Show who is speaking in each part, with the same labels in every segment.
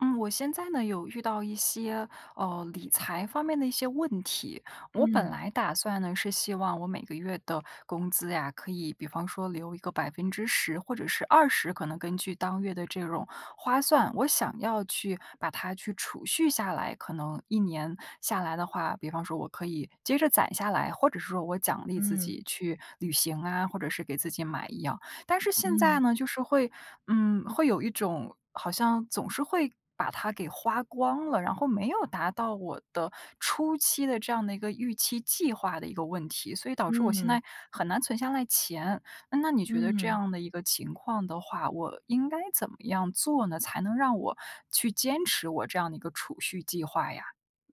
Speaker 1: 嗯，我现在呢有遇到一些理财方面的一些问题。我
Speaker 2: 嗯
Speaker 1: 本来打算呢是希望我每个月的工资呀，可以比方说留一个百分之十或者是二十，可能根据当月的这种花算，我想要去把它去储蓄下来。可能一年下来的话，比方说我可以接着攒下来，或者是说我奖励自
Speaker 2: 嗯
Speaker 1: 己去旅行啊，或者是给自己买一样。但是现
Speaker 2: 嗯
Speaker 1: 在呢，就是会会有一种好像总是会把它给花光了，然后没有达到我的初期的这样的一个预期计划的一个问题，所以导致我现
Speaker 2: 嗯
Speaker 1: 在很难存下来钱。那你觉得这
Speaker 2: 嗯
Speaker 1: 样的一个情况的话，我应该怎么样做呢，才能让我去坚持我这样的一个储蓄计划呀？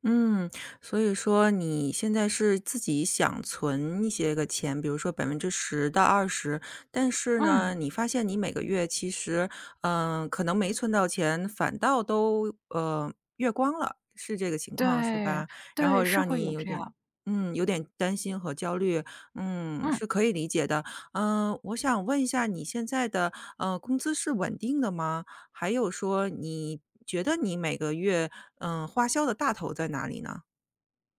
Speaker 2: 嗯，所以说你现在是自己想存一些个钱，比如说10%到20%，但是
Speaker 1: 嗯，
Speaker 2: 呢，你发现你每个月其实，可能没存到钱，反倒都，月光了，是这个情况是
Speaker 1: 对，
Speaker 2: 吧？然后
Speaker 1: 对，是
Speaker 2: 让
Speaker 1: 会
Speaker 2: 你
Speaker 1: 有
Speaker 2: 有
Speaker 1: 这
Speaker 2: 点
Speaker 1: 样，
Speaker 2: 嗯，有点担心和焦虑，
Speaker 1: 嗯。
Speaker 2: 是可以理解的。我想问一下你现在的，工资是稳定的吗？还有说你觉得你每个月，花销的大头在哪里呢？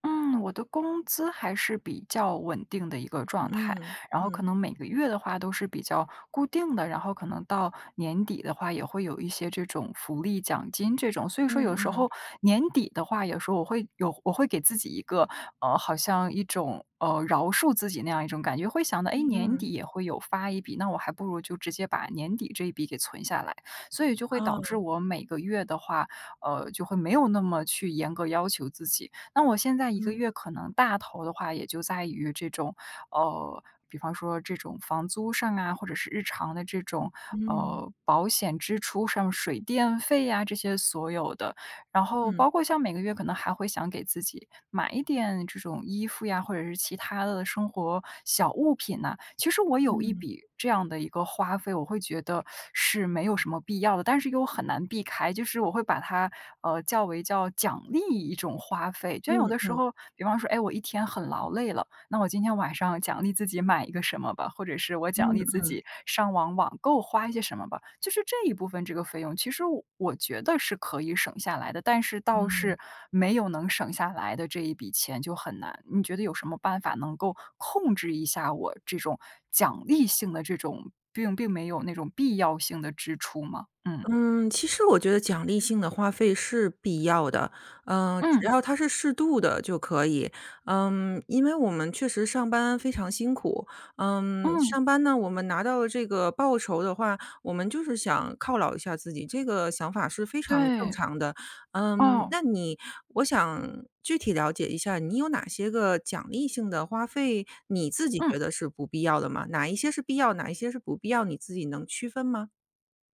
Speaker 1: 嗯，我的工资还是比较稳定的一个状态，
Speaker 2: 嗯，
Speaker 1: 然后可
Speaker 2: 嗯，
Speaker 1: 能每个月的话都是比较固定的，然后可能到年底的话也会有一些这种福利奖金这种，所以说
Speaker 2: 嗯
Speaker 1: 有时
Speaker 2: 嗯，
Speaker 1: 候年底的话，有时候我会给自己一个好像一种饶恕自己那样一种感觉，会想到哎
Speaker 2: 嗯，
Speaker 1: 年
Speaker 2: 嗯
Speaker 1: 底也会有发一笔，那我还不如就直接把年底这一笔给存下来，所以就会导致
Speaker 2: 哦，
Speaker 1: 我每个月的话，就会没有那么去严格要求自己，那我现在一个
Speaker 2: 嗯，
Speaker 1: 月可能大头的话，也就在于这种，呃，比方说这种房租上啊，或者是日常的这种，
Speaker 2: 嗯
Speaker 1: 保险支出上、水电费呀、这些所有的。然后
Speaker 2: 嗯
Speaker 1: 包括像每个月可能还会想给自己买一点这种衣服呀，或者是其他的生活小物品呐、其实我有一
Speaker 2: 嗯
Speaker 1: 笔这样的一个花费，我会觉得是没有什么必要的，但是又很难避开，就是我会把它，较为叫奖励一种花费。就像有的时
Speaker 2: 嗯
Speaker 1: 候，比方说，哎，我一天很劳累了，那我今天晚上奖励自己买一个什么吧，或者是我奖励
Speaker 2: 嗯
Speaker 1: 自己上网够花一些什么吧。就是这一部分这个费用，其实我觉得是可以省下来的，但是倒
Speaker 2: 嗯。
Speaker 1: 是没有能省下来的这一笔钱就很难。你觉得有什么办法能够控制一下我这种奖励性的这种，并没有那种必要性的支出吗？嗯。
Speaker 2: 嗯，其实我觉得奖励性的花费是必要的，只
Speaker 1: 嗯，
Speaker 2: 要它是适度的就可以。因为我们确实上班非常辛苦，
Speaker 1: 嗯，
Speaker 2: 上班呢，我们拿到了这个报酬的话，我们就是想犒劳一下自己，这个想法是非常正
Speaker 1: 对，
Speaker 2: 常的。嗯，
Speaker 1: 哦，
Speaker 2: 那你，我想具体了解一下，你有哪些个奖励性的花费，你自己
Speaker 1: 嗯。
Speaker 2: 觉得是不必要的吗？哪一些是必要，哪一些是不必要，你自己能区分吗？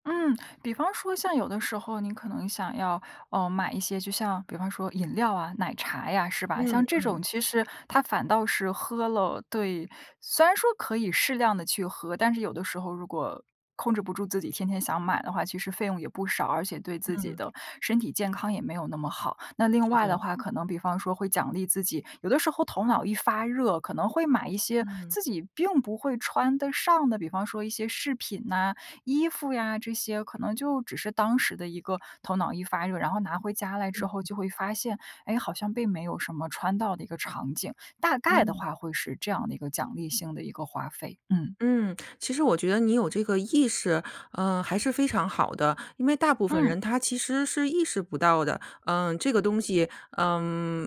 Speaker 1: 嗯，比方说像有的时候你可能想要，买一些就像比方说饮料啊、奶茶呀，是吧？
Speaker 2: 嗯
Speaker 1: 像这种其实它反倒是喝了对，虽然说可以适量的去喝，但是有的时候如果控制不住自己天天想买的话，其实费用也不少，而且对自己
Speaker 2: 嗯。
Speaker 1: 的身体健康也没有那么好。那另
Speaker 2: 是
Speaker 1: 外的
Speaker 2: 的，
Speaker 1: 话，可能比方说会奖励自己，有的时候头脑一发热，可能会买一些
Speaker 2: 嗯，
Speaker 1: 自己并不会穿得上的，比方说一些饰品呐，衣服呀这些，可能就只是当时的一个头脑一发热，然后拿回家来之后就会发现，哎，好像并没有什么穿到的一个场景。大概的
Speaker 2: 嗯，
Speaker 1: 话会是这样的一个奖励性的一个花费，嗯。
Speaker 2: 嗯，其实我觉得你有这个意识，还是非常好的，因为大部分
Speaker 1: 嗯，
Speaker 2: 人他其实是意识不到的。这个东西，嗯，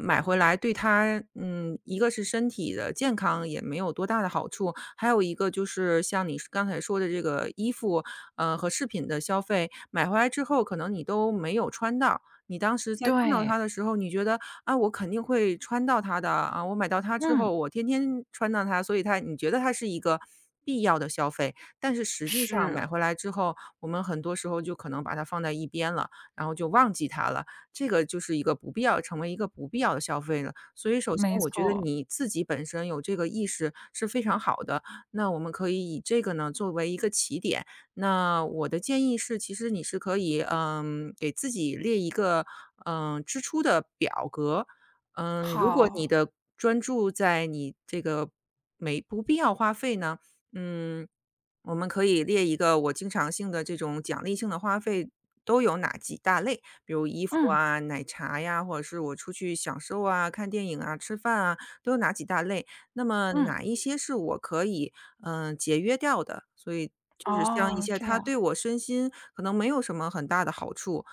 Speaker 2: 买回来对他，一个是身体的健康也没有多大的好处，还有一个就是像你刚才说的这个衣服，和饰品的消费，买回来之后可能你都没有穿到，你当时在看到它
Speaker 1: 对，
Speaker 2: 的时候，你觉得啊，我肯定会穿到它的，啊，我买到它之
Speaker 1: 嗯，
Speaker 2: 后，我天天穿到它，所以它你觉得它是一个必要的消费，但是实际上买
Speaker 1: 是，
Speaker 2: 回来之后，我们很多时候就可能把它放在一边了，然后就忘记它了，这个就是一个不必要成为一个不必要的消费了。所以首先
Speaker 1: 没
Speaker 2: 我觉得
Speaker 1: 错，
Speaker 2: 你自己本身有这个意识是非常好的，那我们可以以这个呢作为一个起点，那我的建议是，其实你是可以，给自己列一个，支出的表格。如果你
Speaker 1: 好，
Speaker 2: 的专注在你这个没不必要花费呢，嗯，我们可以列一个我经常性的这种奖励性的花费都有哪几大类，比如衣服
Speaker 1: 嗯，
Speaker 2: 啊、奶茶呀，或者是我出去享受啊、看电影啊、吃饭啊，都有哪几大类。那么
Speaker 1: 嗯，
Speaker 2: 哪一些是我可以，节约掉的，所以就是像一
Speaker 1: 哦，
Speaker 2: 些
Speaker 1: 这
Speaker 2: 它
Speaker 1: 样，
Speaker 2: 对我身心可能没有什么很大的好处。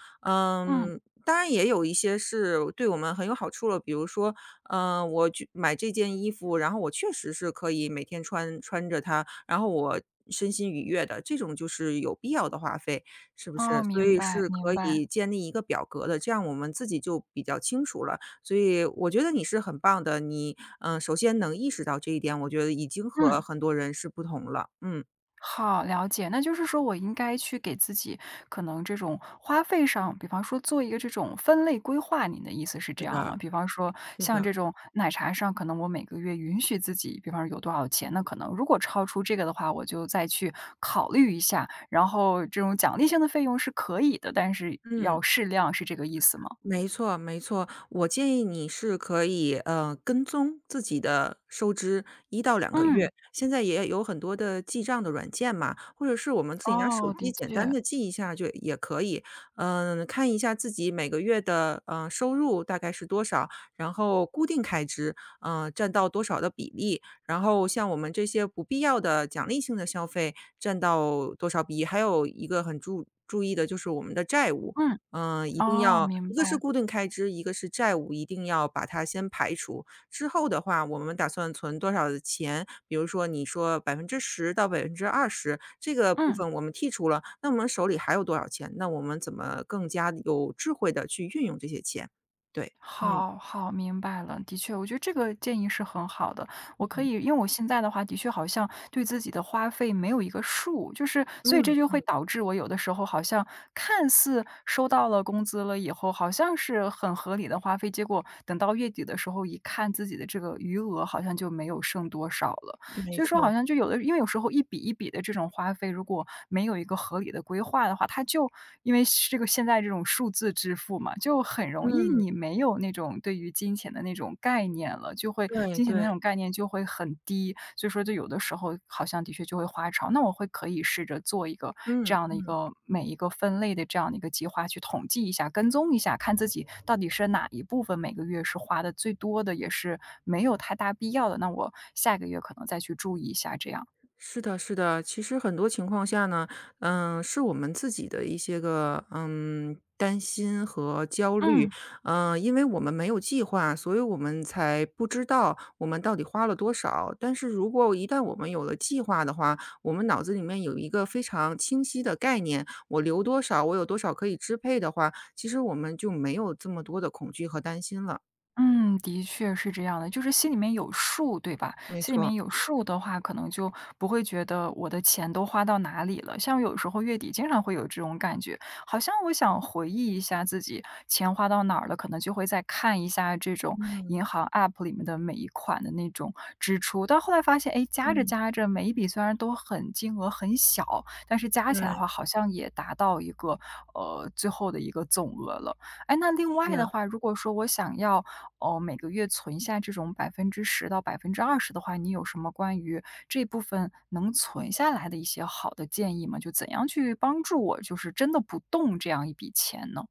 Speaker 1: 嗯，
Speaker 2: 嗯，当然也有一些是对我们很有好处了，比如说，我去买这件衣服，然后我确实是可以每天穿着它，然后我身心愉悦的，这种就是有必要的花费，是不
Speaker 1: 哦，
Speaker 2: 是？所
Speaker 1: 明
Speaker 2: 以
Speaker 1: 白，
Speaker 2: 是
Speaker 1: 明
Speaker 2: 可
Speaker 1: 白，
Speaker 2: 以建立一个表格的，这样我们自己就比较清楚了。所以我觉得你是很棒的，你，首先能意识到这一点，我觉得已经和
Speaker 1: 嗯。
Speaker 2: 很多人是不同了。嗯，
Speaker 1: 好，了解。那就是说我应该去给自己可能这种花费上，比方说做一个这种分类规划，您的意思是
Speaker 2: 是
Speaker 1: 这样
Speaker 2: 的，
Speaker 1: 吗？比方说
Speaker 2: 是
Speaker 1: 像
Speaker 2: 的，
Speaker 1: 这种奶茶上，可能我每个月允许自己，比方说有多少钱，那可能如果超出这个的话，我就再去考虑一下。然后这种奖励性的费用是可以的，但是
Speaker 2: 嗯。
Speaker 1: 要适量，是这个意思吗？
Speaker 2: 没错，没错。我建议你是可以，跟踪自己的收支一到两个月。
Speaker 1: 嗯，
Speaker 2: 现在也有很多的记账的软件嘛，或者是我们自己拿手
Speaker 1: 哦，
Speaker 2: 机
Speaker 1: 的
Speaker 2: 简单
Speaker 1: 确，
Speaker 2: 的记一下就也可以。看一下自己每个月的，收入大概是多少，然后固定开支，占到多少的比例，然后像我们这些不必要的奖励性的消费占到多少比例，还有一个很注意的就是我们的债务。
Speaker 1: 嗯，
Speaker 2: 一定
Speaker 1: 哦，
Speaker 2: 要一
Speaker 1: 明
Speaker 2: 个是
Speaker 1: 白，
Speaker 2: 固定开支，一个是债务，一定要把它先排除。之后的话，我们打算存多少的钱，比如说你说百分之十到百分之二十这个部
Speaker 1: 嗯。
Speaker 2: 分我们剔除了，那我们手里还有多少钱？那我们怎么更加有智慧的去运用这些钱？对，嗯，
Speaker 1: 好好，明白了。的确，我觉得这个建议是很好的。我可
Speaker 2: 嗯，
Speaker 1: 以，因为我现在的话，的确好像对自己的花费没有一个数，就是所以这
Speaker 2: 嗯，
Speaker 1: 就会导致我有的时候好像看似收到了工资了以后，好像是很合理的花费，结果等到月底的时候一看自己的这个余额，好像就没有剩多少了。
Speaker 2: 没
Speaker 1: 所以说好
Speaker 2: 错，
Speaker 1: 像就有的因为有时候一笔一笔的这种花费，如果没有一个合理的规划的话，它就因为是这个现在这种数字支付嘛，就很容易
Speaker 2: 嗯，
Speaker 1: 你没有那种对于金钱的那种概念了，就会
Speaker 2: 对
Speaker 1: 金钱的那
Speaker 2: 对，
Speaker 1: 种概念就会很低，所以说就有的时候好像的确就会花超。那我会可以试着做一个这
Speaker 2: 嗯。
Speaker 1: 样的一个每一个分类的这样的一个计划，去统计一下、跟踪一下，看自己到底是哪一部分每个月是花的最多的，也是没有太大必要的，那我下个月可能再去注意一下这样。
Speaker 2: 是的，是的，其实很多情况下呢，是我们自己的一些个担心和焦虑，
Speaker 1: 嗯。
Speaker 2: 因为我们没有计划，所以我们才不知道我们到底花了多少。但是如果一旦我们有了计划的话，我们脑子里面有一个非常清晰的概念，我留多少，我有多少可以支配的话，其实我们就没有这么多的恐惧和担心了。
Speaker 1: 嗯，的确是这样的，就是心里面有数，对吧？
Speaker 2: 没
Speaker 1: 心里
Speaker 2: 错，
Speaker 1: 面有数的话，可能就不会觉得我的钱都花到哪里了。像有时候月底经常会有这种感觉，好像我想回忆一下自己钱花到哪儿了，可能就会再看一下这种银行 app 里面的每一款的那种支出。但后来发现，哎，加着
Speaker 2: 嗯，
Speaker 1: 加着，每一笔虽然都很金额很小，但是加起来的
Speaker 2: 对，
Speaker 1: 话，好像也达到一个最后的一个总额了。哎，那另
Speaker 2: 是
Speaker 1: 外
Speaker 2: 啊。
Speaker 1: 的话，如果说我想要哦，每个月存下这种百分之十到20%的话，你有什么关于这部分能存下来的一些好的建议吗？就怎样去帮助我，就是真的不动这样一笔钱呢？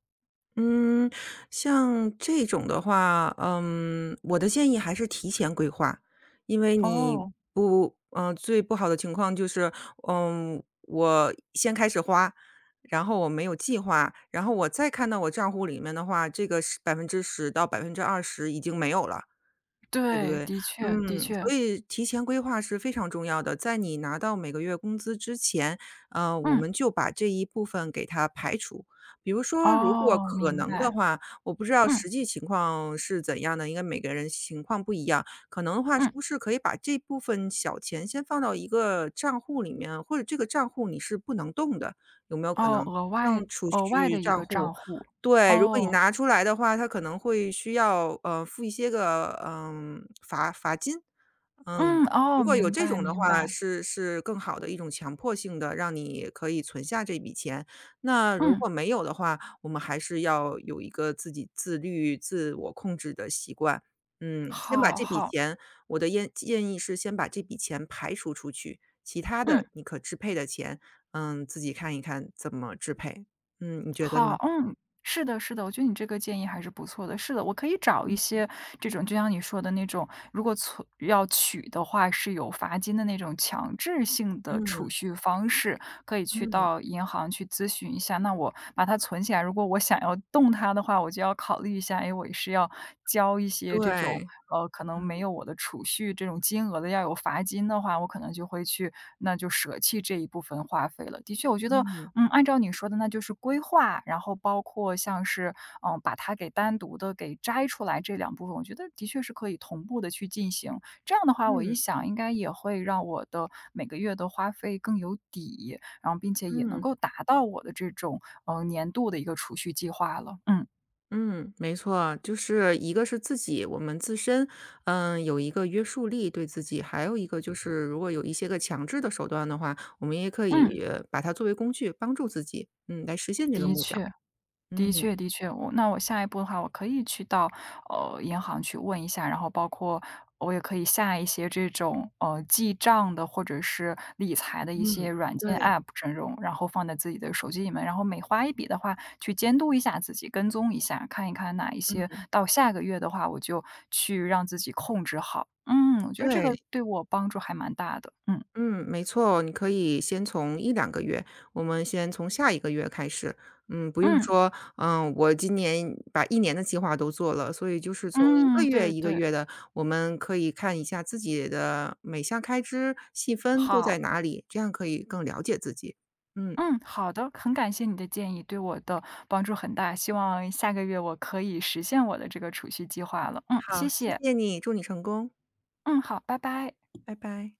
Speaker 2: 嗯，像这种的话，我的建议还是提前规划，因为你
Speaker 1: 哦，
Speaker 2: 不，嗯、最不好的情况就是，我先开始花，然后我没有计划，然后我再看到我账户里面的话，这个百分之十到百分之二十已经没有了，对不
Speaker 1: 对，
Speaker 2: 对？
Speaker 1: 的确的确，
Speaker 2: 所以提前规划是非常重要的，在你拿到每个月工资之前，我
Speaker 1: 嗯，
Speaker 2: 们就把这一部分给它排除。比如说，如果
Speaker 1: 哦，
Speaker 2: 可
Speaker 1: 明
Speaker 2: 能的
Speaker 1: 白，
Speaker 2: 话，我不知道
Speaker 1: 嗯
Speaker 2: 实际情况是怎样的，应该每个人情况不一样。可能的话，是
Speaker 1: 嗯，
Speaker 2: 不是可以把这部分小钱先放到一个账户里面，或者这个账户你是不能动的，有没有可
Speaker 1: 哦，
Speaker 2: 能？
Speaker 1: 额外
Speaker 2: 像储
Speaker 1: 额外
Speaker 2: 蓄
Speaker 1: 的一
Speaker 2: 账
Speaker 1: 个
Speaker 2: 户
Speaker 1: 账户，
Speaker 2: 对，如果你
Speaker 1: 哦，
Speaker 2: 拿出来的话，他可能会需要，付一些个，罚金。嗯，
Speaker 1: 嗯，
Speaker 2: 如
Speaker 1: 哦，
Speaker 2: 果有
Speaker 1: 明
Speaker 2: 这
Speaker 1: 白
Speaker 2: 种的
Speaker 1: 明
Speaker 2: 话，
Speaker 1: 白，
Speaker 2: 是更好的一种强迫性的，让你可以存下这笔钱。那如
Speaker 1: 嗯，
Speaker 2: 果没有的话，我们还是要有一个自己自律、自我控制的习惯。嗯，先把
Speaker 1: 好
Speaker 2: 这笔
Speaker 1: 好，
Speaker 2: 钱我的建议是先把这笔钱排除出去，其他的
Speaker 1: 嗯。
Speaker 2: 你可支配的钱，自己看一看怎么支配。你觉得呢？
Speaker 1: 好，嗯，是的，是的，我觉得你这个建议还是不错的。是的，我可以找一些这种，就像你说的那种，如果存要取的话，是有罚金的那种强制性的
Speaker 2: 嗯。
Speaker 1: 储蓄方式，可以去
Speaker 2: 嗯，
Speaker 1: 到银行去咨询一下。那我把它存起来，如果我想要动它的话，我就要考虑一下，哎，我是要交一些这种，
Speaker 2: 对，
Speaker 1: 可能没有我的储蓄这种金额的，要有罚金的话，我可能就会去，那就舍弃这一部分花费了。的确，我觉得
Speaker 2: 嗯，
Speaker 1: 按照你说的，那就是规划，然后包括像是，嗯，把它给单独的给摘出来这两部分，我觉得的确是可以同步的去进行。这样的话，我一
Speaker 2: 嗯，
Speaker 1: 想应该也会让我的每个月的花费更有底，然后并且也能
Speaker 2: 嗯，
Speaker 1: 够达到我的这种年度的一个储蓄计划了。嗯，
Speaker 2: 嗯，没错，就是一个是自己，我们自身，有一个约束力对自己，还有一个就是如果有一些个强制的手段的话，我们也可以
Speaker 1: 嗯，
Speaker 2: 把它作为工具帮助自己，来实现这个
Speaker 1: 的
Speaker 2: 目标。
Speaker 1: 确。的
Speaker 2: 嗯，
Speaker 1: 确的确，我那我下一步的话，我可以去到银行去问一下，然后包括我也可以下一些这种记账的或者是理财的一些
Speaker 2: 嗯，
Speaker 1: 软件
Speaker 2: 对，
Speaker 1: App 这种，然后放在自己的手机里面，然后每花一笔的话，去监督一下自己，跟踪一下，看一看哪一些到下个月的话，我就去让自己控制好。嗯，我觉得这个
Speaker 2: 对。
Speaker 1: 对我帮助还蛮大的。嗯
Speaker 2: 嗯，没错，你可以先从一两个月，我们先从下一个月开始。不用
Speaker 1: 嗯
Speaker 2: 说，我今年把一年的计划都做了，所以就是从一个
Speaker 1: 嗯，
Speaker 2: 月
Speaker 1: 对
Speaker 2: 一个
Speaker 1: 对，
Speaker 2: 月的，我们可以看一下自己的每项开支细分都在
Speaker 1: 好。
Speaker 2: 哪里，这样可以更了解自己。嗯，
Speaker 1: 嗯，好的，很感谢你的建议，对我的帮助很大，希望下个月我可以实现我的这个储蓄计划了。嗯，
Speaker 2: 好，
Speaker 1: 谢
Speaker 2: 谢
Speaker 1: 谢。
Speaker 2: 谢你，祝你成功，
Speaker 1: 嗯，好，拜拜。
Speaker 2: 拜拜。